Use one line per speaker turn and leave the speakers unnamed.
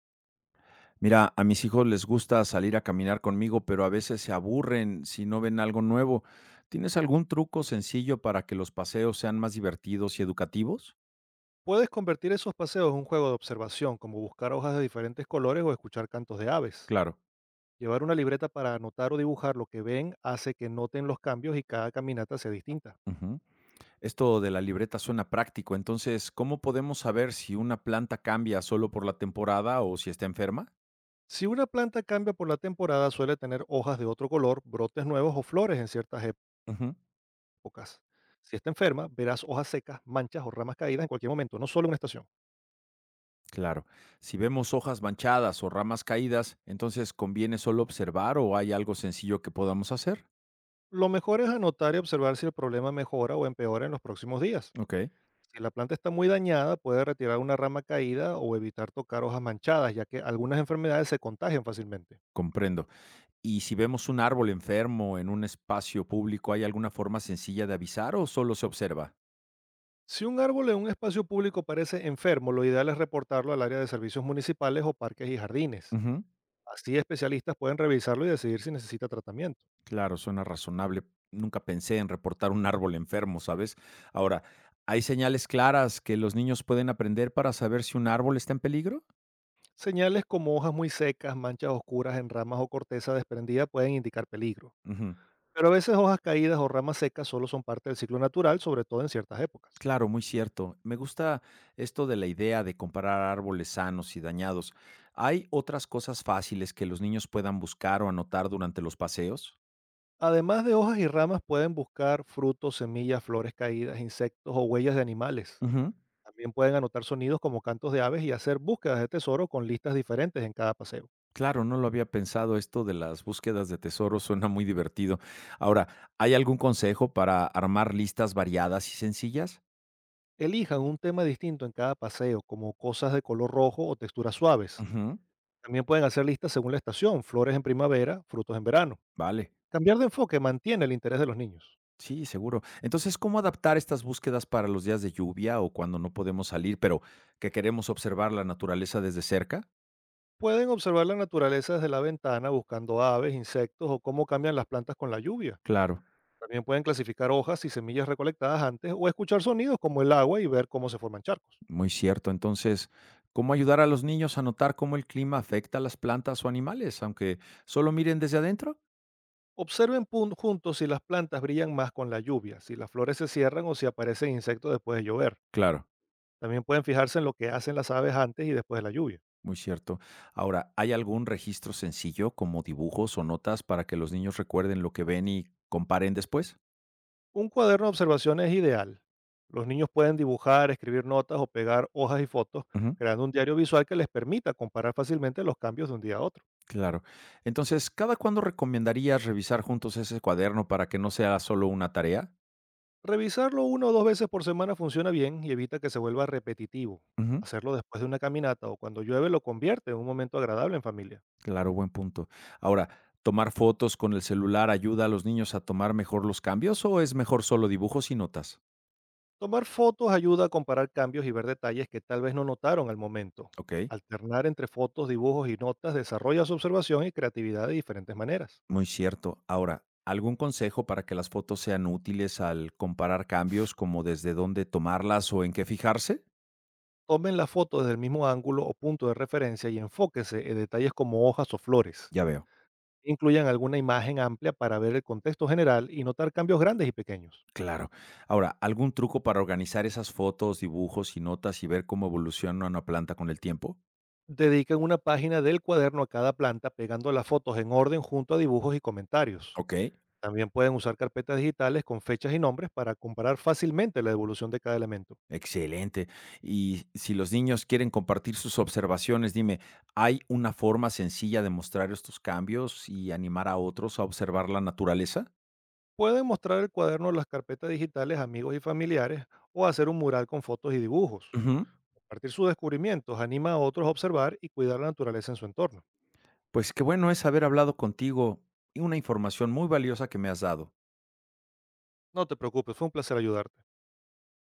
Mira, a mis hijos les gusta salir a caminar conmigo, pero a veces se aburren si no ven algo nuevo. ¿Tienes algún truco sencillo para que los paseos sean más divertidos y educativos?
Puedes convertir esos paseos en un juego de observación, como buscar hojas de diferentes colores o escuchar cantos de aves.
Claro.
Llevar una libreta para anotar o dibujar lo que ven hace que noten los cambios y cada caminata sea distinta.
Ujú. Esto de la libreta suena práctico. Entonces, ¿cómo podemos saber si una planta cambia solo por la temporada o si está enferma?
Si una planta cambia por la temporada, suele tener hojas de otro color, brotes nuevos o flores en ciertas
Ujú.
épocas. Si está enferma, verás hojas secas, manchas o ramas caídas en cualquier momento, no solo en una estación.
Claro, si vemos hojas manchadas o ramas caídas, ¿entonces conviene solo observar o hay algo sencillo que podamos hacer?
Lo mejor es anotar y observar si el problema mejora o empeora en los próximos días.
Ok,
Si la planta está muy dañada, puede retirar una rama caída o evitar tocar hojas manchadas, ya que algunas enfermedades se contagian fácilmente.
comprendo. Y si vemos un árbol enfermo en un espacio público, ¿hay alguna forma sencilla de avisar o solo se observa?
Si un árbol en un espacio público parece enfermo, lo ideal es reportarlo al área de servicios municipales o parques y jardines.
Ujú.
Así especialistas pueden revisarlo y decidir si necesita tratamiento.
Claro, suena razonable. Nunca pensé en reportar un árbol enfermo, ¿sabes? Ahora, ¿hay señales claras que los niños pueden aprender para saber si un árbol está en peligro?
Señales como hojas muy secas, manchas oscuras en ramas o corteza desprendida pueden indicar peligro.
Ujú.
Pero a veces hojas caídas o ramas secas solo son parte del ciclo natural, sobre todo en ciertas épocas.
Claro, muy cierto. Me gusta esto de la idea de comparar árboles sanos y dañados. ¿Hay otras cosas fáciles que los niños puedan buscar o anotar durante los paseos?
Además de hojas y ramas, pueden buscar frutos, semillas, flores caídas, insectos o huellas de animales.
Ujú.
También pueden anotar sonidos como cantos de aves y hacer búsquedas de tesoro con listas diferentes en cada paseo.
Claro, no lo había pensado. Esto de las búsquedas de tesoros suena muy divertido. Ahora, ¿hay algún consejo para armar listas variadas y sencillas?
Elijan un tema distinto en cada paseo, como cosas de color rojo o texturas suaves.
Ujú.
También pueden hacer listas según la estación, flores en primavera, frutos en verano.
Vale,
Cambiar de enfoque mantiene el interés de los niños.
sí, seguro. Entonces, ¿cómo adaptar estas búsquedas para los días de lluvia o cuando no podemos salir, pero que queremos observar la naturaleza desde cerca?
Pueden observar la naturaleza desde la ventana buscando aves, insectos o cómo cambian las plantas con la lluvia.
Claro,
También pueden clasificar hojas y semillas recolectadas antes o escuchar sonidos como el agua y ver cómo se forman charcos.
muy cierto. Entonces, ¿cómo ayudar a los niños a notar cómo el clima afecta a las plantas o animales, aunque solo miren desde adentro?
Observen juntos si las plantas brillan más con la lluvia, si las flores se cierran o si aparecen insectos después de llover.
Claro.
También pueden fijarse en lo que hacen las aves antes y después de la lluvia.
Muy cierto. Ahora, ¿hay algún registro sencillo como dibujos o notas para que los niños recuerden lo que ven y comparen después?
Un cuaderno de observación es ideal. Los niños pueden dibujar, escribir notas o pegar hojas y fotos,
Ujú,
creando un diario visual que les permita comparar fácilmente los cambios de un día a otro.
claro. Entonces, ¿cada cuándo recomendarías revisar juntos ese cuaderno para que no sea solo una tarea?
Revisarlo una o dos veces por semana funciona bien y evita que se vuelva repetitivo.
Ujú,
Hacerlo después de una caminata o cuando llueve lo convierte en un momento agradable en familia.
claro, buen punto. Ahora, ¿tomar fotos con el celular ayuda a los niños a tomar mejor los cambios o es mejor solo dibujos y notas?
Tomar fotos ayuda a comparar cambios y ver detalles que tal vez no notaron al momento.
Ok.
Alternar entre fotos, dibujos y notas desarrolla su observación y creatividad de diferentes maneras.
Muy cierto. Ahora, ¿algún consejo para que las fotos sean útiles al comparar cambios, como desde dónde tomarlas o en qué fijarse?
Tomen las fotos desde el mismo ángulo o punto de referencia y enfóquese en detalles como hojas o flores.
Ya veo.
Incluyan alguna imagen amplia para ver el contexto general y notar cambios grandes y pequeños.
Claro. Ahora, ¿algún truco para organizar esas fotos, dibujos y notas y ver cómo evoluciona una planta con el tiempo?
Dedican una página del cuaderno a cada planta pegando las fotos en orden junto a dibujos y comentarios.
Ok.
También pueden usar carpetas digitales con fechas y nombres para comparar fácilmente la evolución de cada elemento.
Excelente. Y si los niños quieren compartir sus observaciones, dime, ¿hay una forma sencilla de mostrar estos cambios y animar a otros a observar la naturaleza?
Pueden mostrar el cuaderno a las carpetas digitales a amigos y familiares o hacer un mural con fotos y dibujos.
Ujú.
Compartir sus descubrimientos anima a otros a observar y cuidar la naturaleza en su entorno.
Pues qué bueno es haber hablado contigo y una información muy valiosa que me has dado.
No te preocupes, fue un placer ayudarte.